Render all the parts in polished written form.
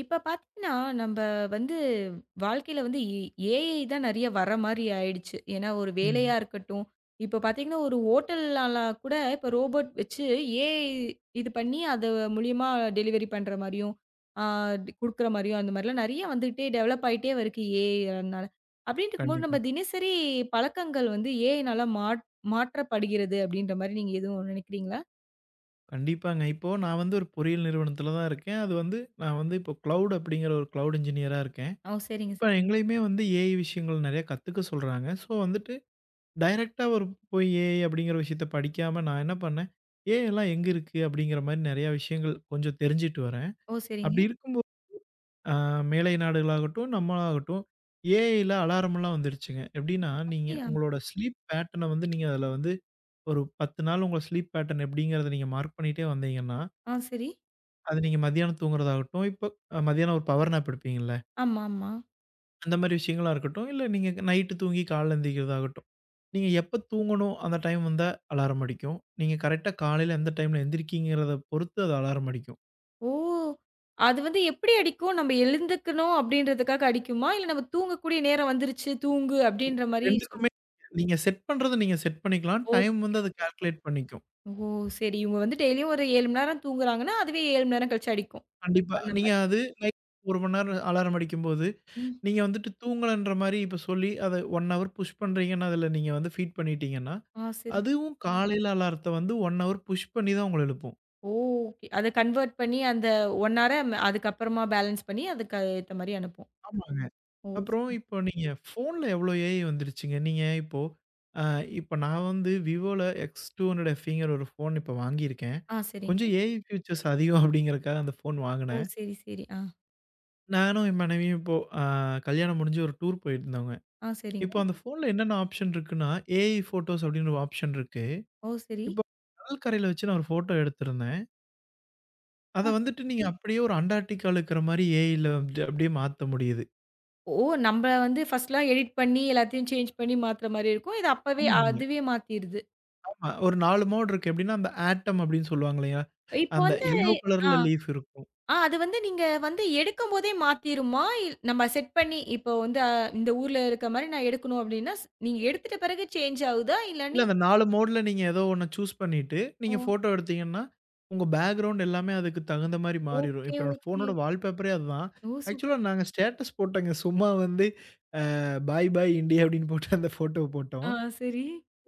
இப்ப பார்த்தீங்கன்னா, நம்ப வந்து வாழ்க்கையில ஏஐ தான் நெறைய வர மாரி ஆயிடுச்சு. ஏன்னா, ஒரு வேலையா ம். இருக்கட்டும், இப்ப பார்த்தீங்கன்னா, ஒரு ஹோட்டல்லால கூட இப்ப ரோபோட் வச்சு ஏஐ இது பண்ணி அது மூலியமா டெலிவரி பண்ற மாரியும், ஆ குடுக்குற மாரியும் அந்த மாரிலாம் நெறைய வந்துட்டே டெவலப் ஆயிட்டே வருது ஏஐனால. அப்டின்ட்டு இருக்கும்போது நம்ம கண்டிப்பா. தினசரி பழக்கங்கள் ஏஐனால மாற்றப்படுகிறது அப்டின்ற மாரி நீங்க எதுவும் நெனைக்கிறீங்களா? கண்டிப்பாங்க. இப்போ நான் வந்து ஒரு பொறியியல் நிறுவனத்தில தான் இருக்கேன். அது வந்து நான் வந்து இப்போ கிளவுட் அப்படிங்கிற ஒரு கிளவுட் இன்ஜினியரா இருக்கேன். ஓ! சரிங்க, இப்ப சரிங்க. எங்களையுமே வந்து ஏஐ விஷயங்கள் நெறைய கத்துக்க சொல்றாங்க. ஸோ, வந்துட்டு டைரக்ட்டா ஒரு போய் ஏஐ அப்படிங்கிற விஷயத்த படிக்காம நான் என்ன பண்ணேன், ஏஐ எல்லாம் எங்க இருக்கு அப்படிங்கிற மாரி நெறைய விஷயங்கள் கொஞ்சம் தெரிஞ்சுட்டு வரேன். ஓ! சரிங்க. அப்படி இருக்கும்போது அ மேலை நாடுகளாகட்டும், நம்மளாகட்டும் ஏஐல அலாரம்லாம் வந்துருச்சுங்க. எப்படின்னா, நீங்க அப்டியா? உங்களோட ஸ்லீப் பேட்டர்ன வந்து நீங்க அதுல வந்து ஒரு 10 நாள் உங்க ஸ்லீப் பேட்டர்ன் எப்படிங்கிறத நீங்க மார்க் பண்ணிட்டே வந்தீங்கன்னா, ஆ சரி. அது நீங்க மதியானம் தூங்குறதாகட்டும், இப்ப மதியானம் ஒரு பவர் நாப் எடுப்பீங்கல்ல, ஆமா, ஆமா. அந்த மாரி விஷயங்களா இருக்கட்டும், இல்ல நீங்க நைட்டு தூங்கி காலைல எந்திரிக்கிறதாகட்டும். நீங்க எப்ப தூங்கணும் அந்த டைம் வந்தா அலாரம் அடிக்கும். நீங்க கரெக்ட்டா காலையில எந்த டைம்ல எந்திரிக்கிறீங்கிறத பொறுத்து அது அலாரம் அடிக்கும். ஓ! அது எப்படி அடிக்கும்? நம்ம எழுந்துக்கணும் அப்படின்றதுக்காக அடிக்குமா? இல்ல நம்ம தூங்கக்கூடிய நேரம் வந்துருச்சு, தூங்கு இ அப்படின்ற மாரி சொல். 2க்குமே நீங்க செட் பண்றத நீங்க செட் பண்ணிக்கலாம். Time okay. வந்து அது கால்குலேட் பண்ணிக்கும். ஓ! சரி. இவங்க டெய்லியும் ஒரு 7 மணி நேரம் தூங்குறாங்கன்னா, அதுவே 7 மணி நேரம் கழிச்சு அடிக்கும். கண்டிப்பா. அந்த நீங்க மாரி. அது லைக் 1 மணி நேரம் அலாரம் அடிக்கும்போது, ம். நீங்க வந்துட்டு தூங்கலன்ற மாரி இப்ப சொல்லி அத 1 ஹவர் புஷ் பண்றீங்கன்னு அதுல நீங்க வந்து ஃபீட் பண்ணிட்டீங்கன்னா, ஆ சரி. அதுவும் காலையில அலாரத்த வந்து 1 ஹவர் புஷ் பண்ணி தான் உங்கள எழுப்பும். ஓ! ஓகே. அத கன்வெர்ட் பண்ணி அந்த 1 அதுக்கப்புறமா பேலன்ஸ் பண்ணி அதுக்கு ஏத்த மாரி அனுப்பும். ஆமாங்க. ஓ! அப்புறம் சரி. இப்போ நீங்க ஃபோன்ல எவ்வளோ ஏஐ வந்துருச்சுங்க. நீங்க இப்போ அ இப்ப நான் வந்து Vivoல X200Feங்கிற ஒரு ஃபோன் இப்ப வாங்கியிருக்கேன். ஆ சரிங்க. கொஞ்சம் ஏஐ ஃபியூச்சர்ஸ் அதிகம் அப்படிங்கிறதுக்காக அந்த ஃபோன் ஓ! வாங்குனேன். சரி, சரி. ஆ. நானும் என் மனைவியும் இப்போ அ கல்யாணம் முடிஞ்சு ஒரு டூர் போயிருந்தோங்க. ஆ சரிங்க. இப்ப அந்த ஃபோன்ல என்னென்ன ஆப்ஷன் இருக்குன்னா, ஏஐ ஃபோட்டோஸ் அப்டின்னு ஒரு ஆப்ஷன் இருக்கு. ஓ! சரி. இப்ப கடல் கரையில வச்சு நான் ஒரு ஃபோட்டோ எடுத்திருந்தேன். அத ஆ. வந்துட்டு நீங்க அப்படியே ஒரு அண்டார்டிகால இருக்கிற மாரி ஏஐல வந்து அப்படியே மாத்த முடியுது. ஓ! நம்ப ஃபர்ஸ்ட்லாம் எடிட் பண்ணி, எல்லாத்தையும் சேஞ்ச் பண்ணி மாத்துற மாரி இருக்கும். இது அப்பவே ஆமாங்க. அதுவே மாத்திருது. ஆமா. ஒரு 4 மோட் இருக்கு. எப்படின்னா, அந்த ஆட்டம் அப்படின்னு சொல்லுவாங்க இல்லையா? இப்போ அந்த எல்லோ ஆ, கலர்ல லீஃப் இருக்கும். ஆ அது நீங்க எடுக்கும்போதே மாத்திருமா? இல் நம்ம செட் பண்ணி இப்போ வந்து அ இந்த ஊர்ல இருக்க மாரி நான் எடுக்கணும் அப்டின்னா, நீங்க எடுத்துட்ட பிறகு சேஞ்ச் ஆகுதா? இல்ல இல்லாட்டி அந்த 4 மோட்ல நீங்க ஏதோ ஒண்ண சூஸ் பண்ணிட்டு, ஓ! நீங்க ஃபோட்டோ எடுத்தீங்கன்னா, உங்க பேக்கிரவுண்ட் எல்லாமே அதுக்கு தகுந்த மாரி மாறிரும். ஓகே, இப்ப என்னோட ஓகே. ஃபோனோட வால்பேப்பரே அதுதான். ஓ! சூப்பர். ஆக்சுவலா நாங்க ஸ்டேட்டஸ் போட்டோங்க. சும்மா வந்து பாய் பாய் இண்டியா அப்படின்னு போட்டு அந்த ஃபோட்டோ ஆ போட்டோம். சரி.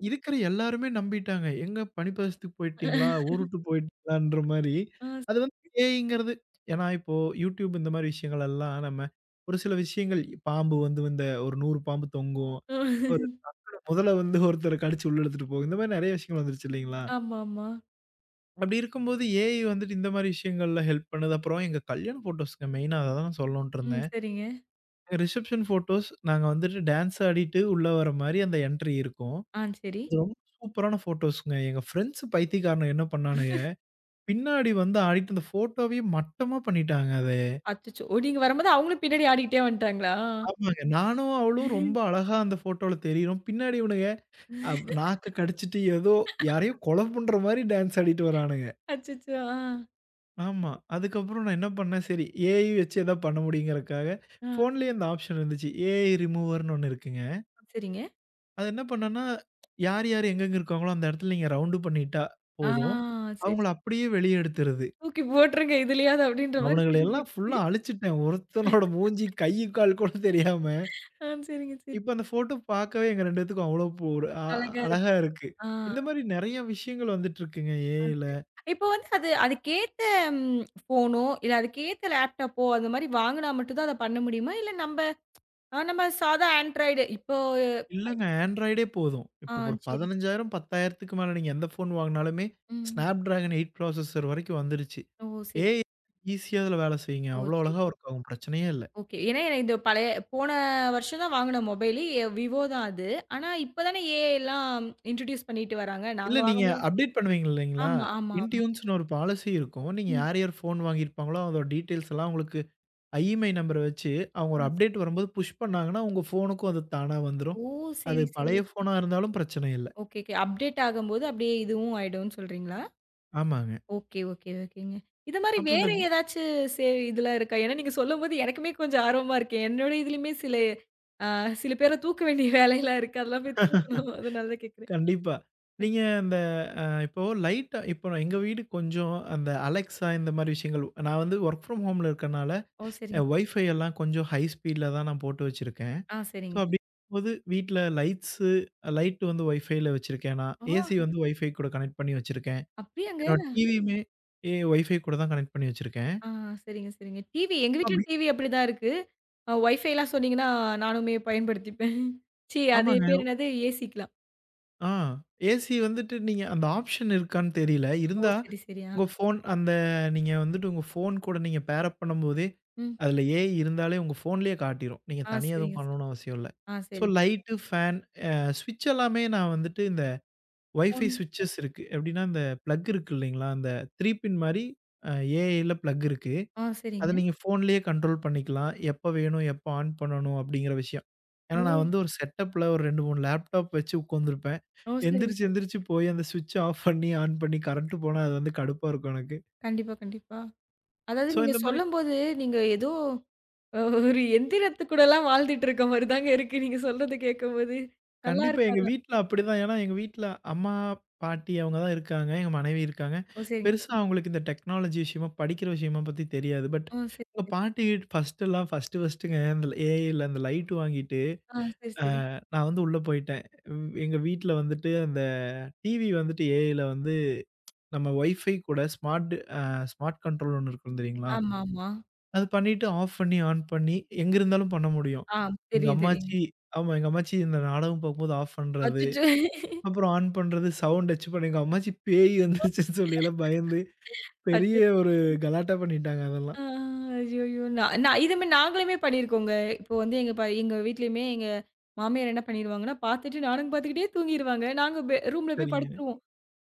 இருக்கிற எல்லாருமே நம்பிட்டாங்க. எங்க பனிப்பதத்துக்கு போயிட்டீங்களா? ஊர் விட்டு போயிட்டீங்களான்ற மாரி. ஆ ஸ் அது வந்து ஏஐங்கிறது ஏன்னா இப்போ YouTube இந்த மாரி விஷயங்கள் எல்லாம் நம்ம ஒரு சில விஷயங்கள் பாம்பு வந்து இந்த ஒரு 100 பாம்பு தொங்கும். ஒரு டக்குனு முதல வந்து ஒருத்தர கடிச்சு உள்ள எடுத்துட்டு போகும். இந்த மாரி நெறைய விஷயங்கள் வந்துருச்சு இல்லைங்களா? ஆமாமா. அப்படி இருக்கும்போது ஏஐ வந்துட்டு இந்த மாரி விஷயங்கள்ல ஹெல்ப் பண்ணுது. அப்புறம் எங்க கல்யாண ஃபோட்டோஸ்ங்க மெயினா அத தான் நான் சொல்லணுன்ட்டு ம். இருந்தேன். சரிங்க. எங்க ரிசப்ஷன் ஃபோட்டோஸ் நாங்க வந்துட்டு டான்ஸ் ஆடிட்டு உள்ள வர மாரி அந்த என்ட்ரி இருக்கும். ஆ சரி. அது ரொம்ப சூப்பரான ஃபோட்டோஸ்ங்க. எங்க ஃப்ரெண்ட்ஸ் பைத்தியக்காரனுங்க என்ன பண்ணானுங்க, பின்னாடி வந்து ஆடிட்டு அந்த ஃபோட்டோவையே மட்டமா பண்ணிட்டாங்க அதைய. அச்சச்சோ! ஓ! நீங்க வரும்போது அவங்களும் பின்னாடி ஆடிக்கிட்டே வந்துட்டாங்களா? ஆமாங்க. நானும் அவளும் ரொம்ப அழகா அந்த ஃபோட்டோல தெரியிறோம். பின்னாடி இவனுங்க அ நாக்க கடிச்சிட்டு ஏதோ யாரையோ கொலை பண்ற மாரி டான்ஸ் ஆடிட்டு வரானுங்க. அச்சச்சோ! ஆ. ஆமா. அதுக்கப்புறம் நான் என்ன பண்ணேன், சரி ஏஐ வச்சு ஏதாவது பண்ண முடியுங்கிறதுக்காக, ஆ. ஃபோன்லயே அந்த ஆப்ஷன் இருந்துச்சு. ஏஐ ரிமூவர்ன்னு ஒண்ணு இருக்குங்க. சரிங்க. அது என்ன பண்ணேன்னா, யார் யார் எங்கெங்க இருக்காங்களோ அந்த இடத்துல நீங்க ரவுண்டு பண்ணிட்டா ஆ போதும். சரி. அவங்கள அப்படியே வெளிய எடுத்துருது. தூக்கி போட்டுருங்க இதுலயாவது அப்படின்ற மாரி அவனுங்கள தூக்கி எல்லாம் போட்டுருங்க. ஃபுல்லா அழிச்சுட்டேன். ஒருத்தனோட மூஞ்சி, கை, கால் கூட தெரியாம. ஆ சரிங்க, சரி. இப்ப அந்த ஃபோட்டோ பார்க்கவே எங்க 2 பேத்துக்கும் அவ்ளோ போ ஒரு அழகா இருக்கு. அழகா இருக்கு. ஆ. இந்த மாரி நெறைய விஷயங்கள் வந்துட்டு இருக்குங்க ஏஐல. இப்போ அது அதுக்கேத்த ஃபோனோ, இல்ல அதுக்கேத்த லேப்டாப்போ அந்த மாரி வாங்குனா மட்டும் தான் அத பண்ண முடியுமா? இல்ல நம்ப நம்ம சாதா ஆண்ட்ராய்டு இப்போ? இல்லங்க ஆண்ட்ராய்டே போதும். ஆ இப்ப ஒரு சரி. 15,000 10,000க்கு மேல நீங்க எந்த ஃபோன் வாங்குனாலுமே ம். Snapdragon 8 ப்ராசஸர் வரைக்கும் வந்துருச்சு. ஓ சரி. ஏஐ ஈஸியா அதுல வேலை செய்யுங்க. ஓ அவ்ளோ சரி. அழகா ஒர்க் ஆகும். பிரச்சனையே இல்ல. ஓகே. ஏன்னா எனக்கு இந்த பழைய போன வருஷம் தான் வாங்குன மொபைலு. விவோ தான் அது. ஆனா இப்ப தானே ஏஐலாம் இன்ட்ரோடியூஸ் பண்ணிட்டு வராங்க. நாங்க இல்ல நீங்க வாங்கும். அப்டேட் பண்ணுவீங்க இல்லைங்களா? ஆமா, ஆமா, ஆமா. இன்டியூன்ஸ்ன்னு ஒரு பாலிசி இருக்கும். நீங்க ம். யார் யார் ஃபோன் வாங்கியிருப்பாங்களோ அதோட டீட்டெயில்ஸ் எல்லாம் உங்களுக்கு இஎம்ஐ நம்பர வச்சு, அவங்க ஆ. ஒரு அப்டேட் வரும்போது புஷ் பண்ணாங்கன்னா, உங்க ஃபோனுக்கும் அது தானா வந்துரும். ஓ! அது சரி, சரி. பழைய ஃபோனா இருந்தாலும் பிரச்சனை இல்ல. Okay, okay. அப்டேட் ஆகும்போது அப்டியே இதுவும் ஆயிடும்னு சொல்றீங்களா? ஆமாங்க. ஓகே, ஓகே, ஓகேங்க. இது மாரி அப்புறம் வேற இந்த ஏதாச்சு சே இதெல்லாம் இருக்கா? ஏன்னா நீங்க சொல்லும்போது எனக்குமே கொஞ்சம் ஆர்வமா இருக்கு. என்னோட இதுலயுமே அ சில பேர தூக்க வேண்டிய வேலையெல்லாம் இருக்கு. அதெல்லாம் போய் தூக்கணும். அதனால தான் கேட்கிறேன். கண்டிப்பா. நீங்க அந்த இப்போ லைட்டா இப்போ நான் எங்க வீடு கொஞ்சம் அந்த Alexa இந்த மாரி விஷயங்கள் நான் வந்து வொர்க் ஃப்ரம் ஹோம்ல இருக்கனால, ஓ! சரிங்க. என் வைஃபை எல்லாம் கொஞ்சம் ஹை ஸ்பீட்ல தான் நான் போட்டு வச்சிருக்கேன். ஆ ஸோ சரிங்க. அப்படிங்கும்போது வீட்ல லைட் வந்து வைஃபைல வச்சிருக்கேன் நான். ஓ! ஏசி வந்து வைஃபை கூட கனெக்ட் பண்ணி வச்சிருக்கேன். அப்படியாங்க? என்னோட டிவியுமே வைஃபை கூட தான் கனெக்ட் பண்ணி வச்சிருக்கேன். ஆ சரிங்க, சரிங்க. டிவி எங்க அப்படி வீட்லயும் டிவி அப்படிதான் இருக்கு. வைஃபைலாம் சொன்னீங்கன்னா நானுமே பயன்படுத்திப்பேன். ச்சீ அது ஆமாங்க. பேர் என்னது? ஏசிக்கலாம். ஆ. ஏசி வந்துட்டு நீங்க அந்த ஆப்ஷன் இருக்கான்னு தெரியல. ஓ! இருந்தா சரி, சரி. ஆ. உங்க ஃபோன் அந்த நீங்க வந்துட்டு உங்க ஃபோன் கூட நீங்க பேர் அப் பண்ணும்போதே, ம். அதுல ஏஐ இருந்தாலே உங்க ஃபோன்லயே காட்டிரும். நீங்க ஆ தனியா எதுவும் சரிங்க, சரி. பண்ணணும்னு அவசியம் இல்ல. ஆ ஸோ சரிங்க. லைட்டு, ஃபேன் அ ஸ்விட்ச் எல்லாமே நான் வந்துட்டு இந்த வைஃபை ஃபோன் ஸ்விட்சஸ் இருக்கு. எப்படின்னா, இந்த பிளக் இருக்கு இல்லைங்களா? அந்த 3 பின் மாரி அ ஏஐல பிளக் இருக்கு. ஆ, அத சரிங்க. நீங்க ஃபோன்லயே கண்ட்ரோல் பண்ணிக்கலாம். எப்ப வேணும், எப்ப ஆன் பண்ணணும் அப்படிங்கிற விஷயம். ஏன்னா ஓ! நான் வந்து ஒரு செட்டப்ல ஒரு 2, 3 லேப்டாப் வச்சு உட்காந்துருப்பேன். ஓ! சரிங்க, எந்திரிச்சு சரி. எந்திரிச்சு போய் அந்த ஸ்விட்ச் ஆஃப் பண்ணி, ஆன் பண்ணி கரண்ட் போனா அது வந்து கடுப்பா இருக்கும் எனக்கு. கண்டிப்பா, கண்டிப்பா. அதாவது ஸோ நீங்க இந்த மாரி சொல்லும்போது, நீங்க ஏதோ ஒரு எந்திரத்து கூடலாம் வாழ்ந்துட்டு இருக்க மாரி தாங்க இருக்கு. நீங்க சொல்றத கேட்கும்போது. நல்லா கண்டிப்பா இருக்கு எங்க ஆனா. வீட்ல அப்படிதான். ஏன்னா எங்க வீட்ல அம்மா, பாட்டி அவங்க தான் இருக்காங்க. எங்க மனைவி இருக்காங்க. ஓ! சரிங்க. பெருசா அவங்களுக்கு இந்த டெக்னாலஜி விஷயமா, படிக்கிற விஷயமா பத்தி தெரியாது. பட் ஓ! சரி, எங்க சரி. பாட்டி ஃபர்ஸ்ட்டுலாம் ஃபர்ஸ்ட்டு ஃபர்ஸ்ட்டுங்க இந்த ஏஐல அந்த லைட் வாங்கிட்டு, ஆ, சரி, அ சரி. நான் வந்து உள்ள போயிட்டேன். உம், எங்க வீட்ல வந்துட்டு அந்த டிவி வந்துட்டு ஏஐல வந்து நம்ம வைஃபை கூட அ ஸ்மார்ட் கண்ட்ரோல்ன்னு ஒண்ணு இருக்கும் தெரியுங்களா? ஆமா, ஆமா. அது பண்ணிட்டு ஆஃப் பண்ணி, ஆன் பண்ணி எங்க இருந்தாலும் பண்ண முடியும். ஆ, எங்க தெரியும், தெரியுங்க. அம்மாச்சி எங்க அம்மாச்சி இந்த நாடகம் பார்க்கும்போது ஆஃப் பண்றது, அச்சச்சோ! அப்புறம் ஆன் பண்றது, சவுண்ட் வச்சு பண்ணி எங்க அம்மாச்சி பேய் வந்துருச்சுன்னு சொல்லி எல்லாம் பயந்து பெரிய அச்ச ஒரு கலாட்டா பண்ணிட்டாங்க அதெல்லாம். ஆ, ஐய்யய்யோ! நான் நான் இது மாரி நாங்களுமே பண்ணியிருக்கோங்க. இப்போ வந்து எங்க வீட்லயுமே எங்க மாமியார் என்ன பண்ணிருவாங்கன்னா, பார்த்துட்டு நானுங்க பார்த்துக்கிட்டே தூங்கிருவாங்க. நாங்க ரூம்ல போய் சரிங்க. படுத்துருவோம்.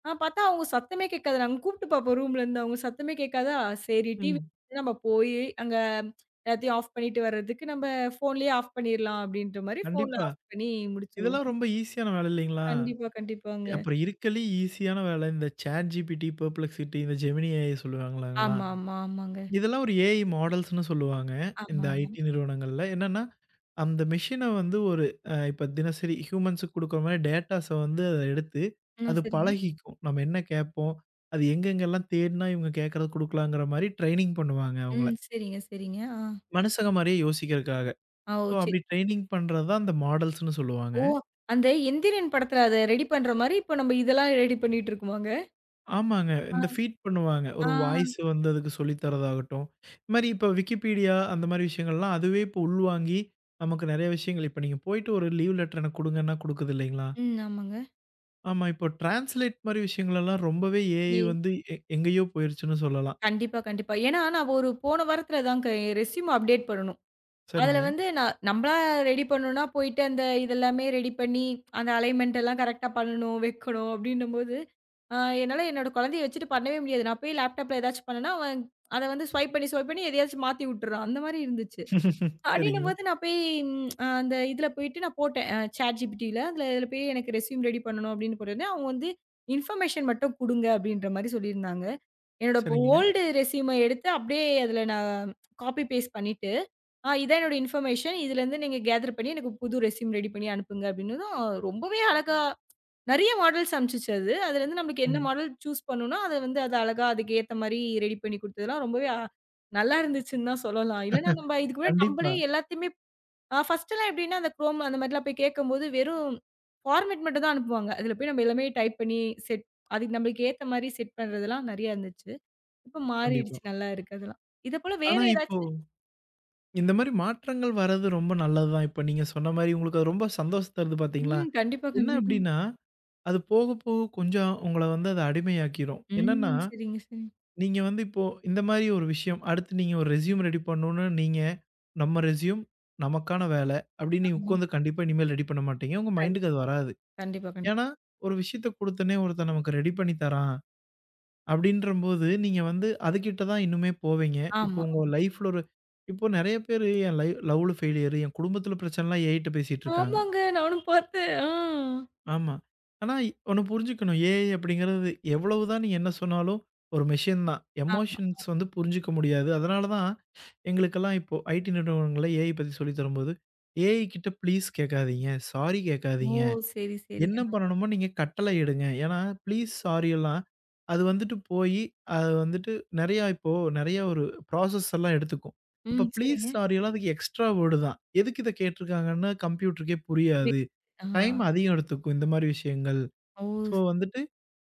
ஆ பார்த்தா அவங்க சத்தமே கேட்காது. நாங்க கூப்ட்டு பார்ப்போம் ரூம்லருந்து. அவங்க சத்தமே கேட்காதா, சரி டிவி ம். நம்ம போயி அங்க எல்லாத்தையும் ஆஃப் பண்ணிட்டு வர்றதுக்கு நம்ம ஃபோன்லயே ஆஃப் பண்ணிரலாம் அப்டின்ற மாரி ஃபோன்ல கண்டிப்பா. ஆஃப் பண்ணி முடிச்சுருவோம். இதெல்லாம் ரொம்ப ஈஸியான வேலை இல்லைங்களா? கண்டிப்பா, கண்டிப்பாங்க. அப்புறம் இருக்கறதுலயே ஈஸியான வேலை இந்த ChatGPT, Perplexity, இந்த Gemini AI சொல்லுவாங்களாங்களா? ஆமா, ஆமா, ஆமாங்க. இதெல்லாம் ஒரு ஏஐ மாடல்ஸ்ன்னு சொல்லுவாங்க. ஆமா, இந்த ஆமா. ஐடி நிறுவனங்கள்ல. என்னன்னா, அந்த மெஷின வந்து ஒரு இப்ப தினசரி ஹியூமன்ஸுக்கு குடுக்குற மாரி டேட்டாஸ வந்து அத எடுத்து, ம் அது சரிங்க. பழகிக்கும். நம்ம என்ன கேட்போம், அது எங்கெங்கெல்லாம் தேடுனா இவங்க கேட்கறது குடுக்கலாங்கிற மாரி ட்ரெய்னிங் பண்ணுவாங்க அவங்கள. ம் சரிங்க, சரிங்க. ஆ. மனுசங்க மாரியே யோசிக்கிறதுக்காக. ஆ ஓ ஸோ, சரி. அப்படி ட்ரெய்னிங் பண்றது தான் அந்த மாடல்ஸ்ன்னு சொல்லுவாங்க. ஓ! அந்த எந்திரன் படத்துல அத ரெடி பண்ற மாரி, இப்ப நம்ம இதெல்லாம் ரெடி பண்ணிட்டு இருக்கோமாங்க? ஆமாங்க. ஆ, இந்த ஃபீட் பண்ணுவாங்க. ஆ. ஒரு வாய்ஸ் வந்து அதுக்கு சொல்லி தரதாகட்டும். இது மாரி இப்ப Wikipedia அந்த மாரி விஷயங்கள்லாம் அதுவே இப்போ உள்வாங்கி, நமக்கு நெறைய விஷயங்கள் இப்ப நீங்க போயிட்டு ஒரு லீவ் லெட்டர் எனக்கு குடுங்கன்னா குடுக்குது இல்லைங்களா? ம் ஆமாங்க. ஆமா. இப்போ டிரான்ஸ்லேட் மாரி விஷயங்களெல்லாம் ரொம்பவே ஏஐ ஏ வந்து எங்கேயோ போயிருச்சுன்னு சொல்லலாம். கண்டிப்பா, கண்டிப்பா. ஏன்னா நான் ஒரு போன வாரத்துல தாங்க என் ரெஸ்யூம் அப்டேட் பண்ணணும். அதுல சரிங்க. நான் நம்பளா ரெடி பண்ணணும்னா, போயிட்டு அந்த இதெல்லாமே ரெடி பண்ணி, அந்த அலைன்மென்ட் எல்லாம் கரெக்ட்டா பண்ணணும், வைக்கணும் அப்படின்னும்போது, அ என்னால என்னோட குழந்தைய வச்சுட்டு பண்ணவே முடியாது. நான் போய் லேப்டாப்ல ஏதாச்சும் பண்ணேன்னா, அவன் அத ஸ்வைப் பண்ணி, ஸ்வைப் பண்ணி எதையாச்சும் மாத்தி விட்டுறான். அந்த மாரி இருந்துச்சு. சரிங்க. அப்படின்னும்போது நான் போய் அந்த இதுல போயிட்டு நான் போட்டேன். ChatGPTல அதுல இதுல போய் எனக்கு ரெஸ்யூம் ரெடி பண்ணணும் அப்படின்னு போட்டோனே, அவங்க இன்ஃபர்மேஷன் மட்டும் குடுங்க அப்படின்ற மாரி சொல்லியிருந்தாங்க. என்னோட இப்போ சரிங்க. ஓல்டு ரெஸ்யூம எடுத்து அப்படியே அதில நான் காப்பி பேஸ்ட் பண்ணிட்டு, ஆ இதான் என்னோட இன்ஃபர்மேஷன். இதுலேருந்து நீங்க கேதர் பண்ணி எனக்கு புது ரெஸ்யூம் ரெடி பண்ணி அனுப்புங்க அப்டின்னதும், ரொம்பவே அழகா நெறைய மாடல்ஸ் அனுப்பிச்சுச்சு அது. அதுலேருந்து நம்மளுக்கு என்ன ம். மாடல் சூஸ் பண்ணணும்னோ, அத அது அழகா அதுக்கு ஏத்த மாரி ரெடி பண்ணி குடுத்ததெல்லாம் ரொம்பவே நல்லா இருந்துச்சுன்னு தான் சொல்லலாம். இல்லன்னா நம்ம இதுக்கு முன்னாடி நம்மளே கண்டிப்பா, எல்லாத்தையுமே ஃபர்ஸ்ட்லாம் எப்டின்னா அந்த Chrome அந்த மாதிரிலாம் போய் கேட்கும்போது வெறும் ஃபார்மேட் மட்டும் தான் அனுப்புவாங்க. அதில போய் நம்ம எல்லாமே டைப் பண்ணி செட் அதுக்கு நம்மளுக்கு ஏத்த மாரி செட் பண்றதெல்லாம் நெறையா இருந்துச்சு. இப்ப கண்டிப்பா. மாறிடுச்சு. நல்லா இருக்கு அதெல்லாம். இத போல வேற ஆனா இப்போ ஏதாச்சு? இந்த மாரி மாற்றங்கள் வர்றது ரொம்ப நல்லது தான். இப்ப நீங்க சொன்ன மாரி உங்களுக்கு அது ரொம்ப சந்தோஷம் தருது பார்த்தீங்களா? ம். கண்டிப்பா, என்ன கண்டிப்பா. அப்டின்னா அது போக போக கொஞ்சம் உங்கள வந்து அது அடிமையாக்கிரும். என்னன்னா, ம். சரிங்க, சரிங்க. நீங்க வந்து இப்போ இந்த மாரி ஒரு விஷயம், அடுத்து நீங்க ஒரு ரெஸ்யூம் ரெடி பண்ணணும்னு நீங்க நம்ம ரெஸ்யூம், நமக்கான வேலை அப்படின்னு நீங்க ஆமா. உட்காந்து கண்டிப்பா இனிமேல் ரெடி பண்ண மாட்டீங்க. உங்க கண்டிப்பா. மைண்டுக்கு அது வராது. கண்டிப்பா, கண்டிப்பா. ஏன்னா, ஒரு விஷயத்த குடுத்தோனே ஒருத்தன் நமக்கு ரெடி பண்ணி தரான் அப்படின்றபோது, நீங்க வந்து அதுகிட்ட தான் இன்னுமே போவீங்க. இப்போ ஆமா. உங்க லைஃப்ல ஒரு இப்போ நெறைய பேரு என் லவ்ல ஃபெயிலியர், என் குடும்பத்தில பிரச்சனைலாம் என்கிட்ட பேசிட்டு ஆமா. இருக்காங்க. ஆமாங்க. நானும் பார்த்தேன். ஆ. ஆமா. ஆனா ஒண்ணு புரிஞ்சுக்கணும். ஏஐ அப்படிங்கிறது எவ்வளவுதான் நீ என்ன சொன்னாலும் ஒரு மெஷின் தான். ஆமா. எமோஷன்ஸ் வந்து புரிஞ்சுக்க முடியாது. அதனால தான் எங்களுக்கெல்லாம் இப்போ ஐடி நிறுவனங்கள்ல ஏஐ பத்தி சொல்லித் தரும்போது, "ஏஐ கிட்ட ப்ளீஸ் கேட்காதீங்க. சாரி ஓ! கேட்காதீங்க. சரி, சரி. என்ன அ. பண்ணணுமோ நீங்க கட்டளை இடுங்க." ஏன்னா ப்ளீஸ், சாரி எல்லாம் அது வந்துட்டு போயி அது வந்துட்டு நெறையா இப்போ நெறையா ஒரு ப்ராசஸ் எல்லாம் எடுத்துக்கும். அப்ப ம். ப்ளீஸ், சரிங்க. சாரி எல்லாம் அதுக்கு எக்ஸ்ட்ரா வேர்டு தான். எதுக்கு இத கேட்டிருக்காங்கன்னு கம்ப்யூட்டருக்கே புரியுது. புரியாது. ஆ. டைம் அதிகம் எடுத்துக்கும் இந்த மாரி விஷயங்கள். ஓ! ஸோ வந்துட்டு,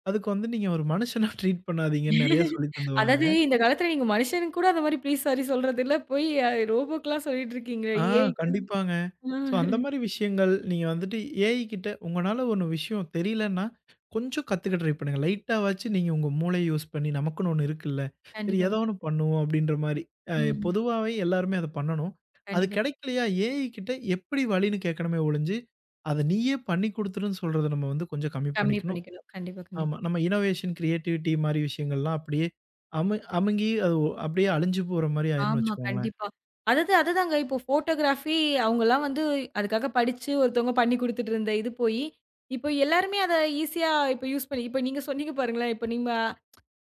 அதுக்கு வந்து நீங்க ஒரு மனுஷனா ட்ரீட் பண்ணாதீங்கன்னு நெறைய சொல்லி அதாவது தந்துருவாங்க. இந்த காலத்துல நீங்க மனுஷனுக்கு கூட அந்த மாரி ப்ளீஸ், சாரி சொல்றதில்ல. போய் ரோபோக்கெல்லாம் சொல்லிட்டு இருக்கீங்களே. ஆ ஏஐ. க்கு. கண்டிப்பாங்க. ஆ. ஸோ அந்த மாரி விஷயங்கள் நீங்க வந்துட்டு ஏஐ கிட்ட உங்கனால ஒண்ணு விஷயம் தெரியலன்னா, கொஞ்சம் கத்துக்க ட்ரை பண்ணுங்க. லைட்டாவாச்சு நீங்க உங்க மூளைய யூஸ் பண்ணி நமக்குன்னு ஒண்ணு இருக்குல்ல. சரி கண்டிப்பா. ஏதோ ஒண்ணு பண்ணுவோம் அப்டின்ற மாரி. அ ம். பொதுவாவே எல்லாருமே அத பண்ணணும். அது கண்டிப்பா. கெடைக்கலையா ஏஐ கிட்ட எப்படி வழின்னு கேட்கணுமே ஒழிஞ்சு, அத நீயே பண்ணி குடுத்துருன்னு சொல்றத நம்ம வந்து கொஞ்சம் கம்மி கம்மி பண்ணிக்கணும். பண்ணிக்கணும். கண்டிப்பா, கண்டிப்பா. ஆமா. நம்ம இன்னோவேஷன், கிரியேட்டிவிட்டி மாரி விஷயங்கள்லாம் அப்படியே அமுங்கி அது அப்படியே அழிஞ்சு போற மாரி ஆயிரும்னு ஆமா, வச்சுக்கோங்களேன். கண்டிப்பா. அதாவது அதுதாங்க. இப்போ ஃபோட்டோகிராஃபி அவங்கலாம் அதுக்காக படிச்சு ஒருத்தவங்க பண்ணி குடுத்துட்டு இருந்த இது போயி, இப்போ எல்லாருமே அத ஈஸியா இப்போ யூஸ் பண்ணி இப்போ நீங்க சொன்னீங்க பாருங்களேன். இப்போ நீங்க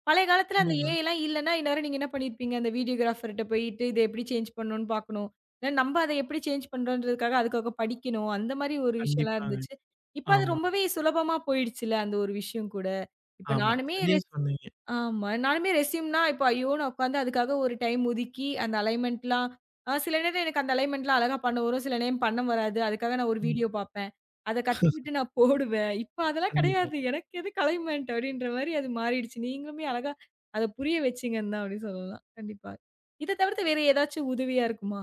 பழைய காலத்துல அந்த கண்டிப்பா. ஏஐலாம் இல்லன்னா, இந்நேரம் நீங்க என்ன பண்ணியிருப்பீங்க? அந்த வீடியோகிராஃபர்ட்ட போயிட்டு இத எப்படி சேஞ்ச் பண்ணணும்னு பார்க்கணும். இல்ல நம்ப அத எப்படி சேஞ்ச் பண்றோன்றதுக்காக அதுக்காக படிக்கணும். அந்த மாரி ஒரு விஷயம்லாம் கண்டிப்பாங்க. இருந்துச்சு. இப்ப அது ஆமா, ரொம்பவே சுலபமா போயிடுச்சுல்ல அந்த ஒரு விஷயம் கூட. இப்ப ஆமா. நானுமே சரியா சொன்னீங்க. ஆமா. நானுமே ரெஸ்யூம்னா, இப்ப ஐயோ! நான் உட்காந்து அதுக்காக ஒரு டைம் ஒதுக்கி, அந்த அலைன்மென்ட்லாம் சில நேரம் எனக்கு அந்த அலைன்மென்ட்லாம் அழகா பண்ண வரும். சில நேரம் பண்ண வராது. அதுக்காக நான் ஒரு ம். வீடியோ பார்ப்பேன். அத கத்துக்கிட்டு நான் போடுவேன். இப்ப அதெல்லாம் கண்டிப்பா. கிடையாது. எனக்கு எதுக்கு அலைன்மென்ட் அப்டின்ற மாரி அது மாறிடுச்சு. நீங்களுமே அழகா அத புரிய வச்சீங்கன்னு தான் அப்டி சொல்லலாம். கண்டிப்பா. இத தவிர்த்து வேற ஏதாச்சும் உதவியா இருக்குமா?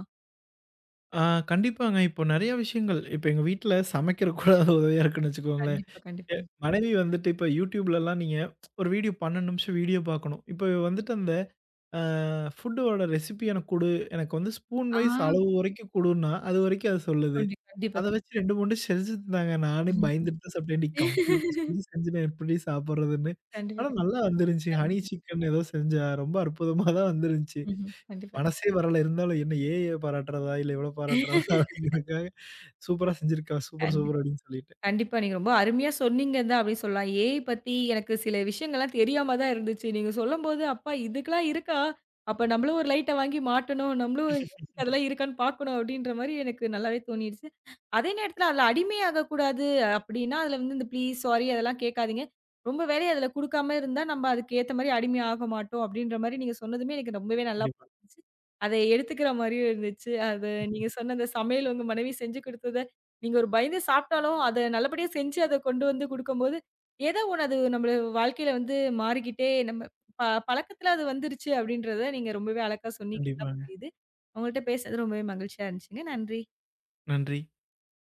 ஆ கண்டிப்பாங்க. இப்போ நெறைய விஷயங்கள் இப்போ எங்க வீட்ல சமைக்கிற கூட அது உதவியா இருக்குன்னு வச்சுக்கோங்களேன். கண்டிப்பா, கண்டிப்பா. மனைவி வந்துட்டு இப்போ YouTubeலலாம் நீங்க ஒரு வீடியோ 12 நிமிஷம் வீடியோ பார்க்கணும். இப்போ வந்துட்டு அந்த அ ஃபுட்டோட ரெசிபி எனக்கு குடு, எனக்கு வந்து ஸ்பூன் ஆ வைஸ் அளவு வரைக்கும் குடுன்னா, அது வரைக்கும் அது சொல்லுது. கொண்டி கண்டிப்பா. அத வச்சு 2, 3 டிஷ் செஞ்சிருந்தாங்க. நானே பயந்துட்டு தான் சாப்பிட்டேன். "டேய் கம்ப்யூட்டர் சொல்லி செஞ்சு நான் எப்படி சாப்பிடுறதுன்னு?" கண்டிப்பா, ஆனா கண்டிப்பா. நல்லா வந்துருந்துச்சு. ஹனி கண்டிப்பா. சிக்கன் ஏதோ செஞ்சா ரொம்ப அற்புதமா தான் வந்துருந்துச்சு. ம்ஹ்ம். கண்டிப்பா. மனசே வரல. இருந்தாலும் என்ன ஏஐ பாராட்டுறதா? இல்ல இவள பாராட்டுறதா? அப்படிங்கிறதுக்காக சூப்பரா செஞ்சிருக்கா! சூப்பர், கண்டிப்பா. சூப்பர் அப்படின்னு சொல்லிட்டு. கண்டிப்பா. நீங்க ரொம்ப அருமையா சொன்னீங்க தான் அப்படின்னு சொல்லலாம். ஏஐ பத்தி எனக்கு சில விஷயங்கள்லாம் தெரியாம தான் இருந்துச்சு. நீங்க சொல்லும்போது, அப்பா இதுக்கெல்லாம் இருக்கா? அப்ப நம்மளும் ஒரு லைட்ட வாங்கி மாட்டணும். நம்மளும் அதெல்லாம் இருக்கான்னு பார்க்கணும் அப்படின்ற மாரி எனக்கு நல்லாவே தோணிடுச்சு. அதே நேரத்தில அதில அடிமையாகக் கூடாது அப்படின்னா, அதில வந்து இந்த ப்ளீஸ், சாரி அதெல்லாம் கேட்காதீங்க. ரொம்ப வேலைய அதில குடுக்காம இருந்தா நம்ம அதுக்கு ஏத்த மாரி அடிமை ஆக மாட்டோம் அப்படின்ற மாரி நீங்க சொன்னதுமே எனக்கு ரொம்பவே நல்லா கண்டிப்பா. புரிஞ்சுச்சு. அதை எடுத்துக்கிற மாரியும் இருந்துச்சு. அது நீங்க சொன்ன அந்த சமையல் உங்க மனைவி செஞ்சு குடுத்தது நீங்க ஒரு பயந்து சாப்பிட்டாலும், அத நல்லபடியா செஞ்சு அத கொண்டு வந்து குடுக்கும்போது, ஏதோ ஒண்ணு அது நம்மள வாழ்க்கையில மாறிக்கிட்டே நம்ம ப பழக்கத்துல அது வந்துருச்சு அப்படின்றத நீங்க ரொம்பவே அழகா சொன்னீங்கன்னா கண்டிப்பாங்க. புரியுது. உங்கள்ட்ட பேசுனது ரொம்பவே மகிழ்ச்சியா இருந்துச்சுங்க. நன்றி. நன்றி.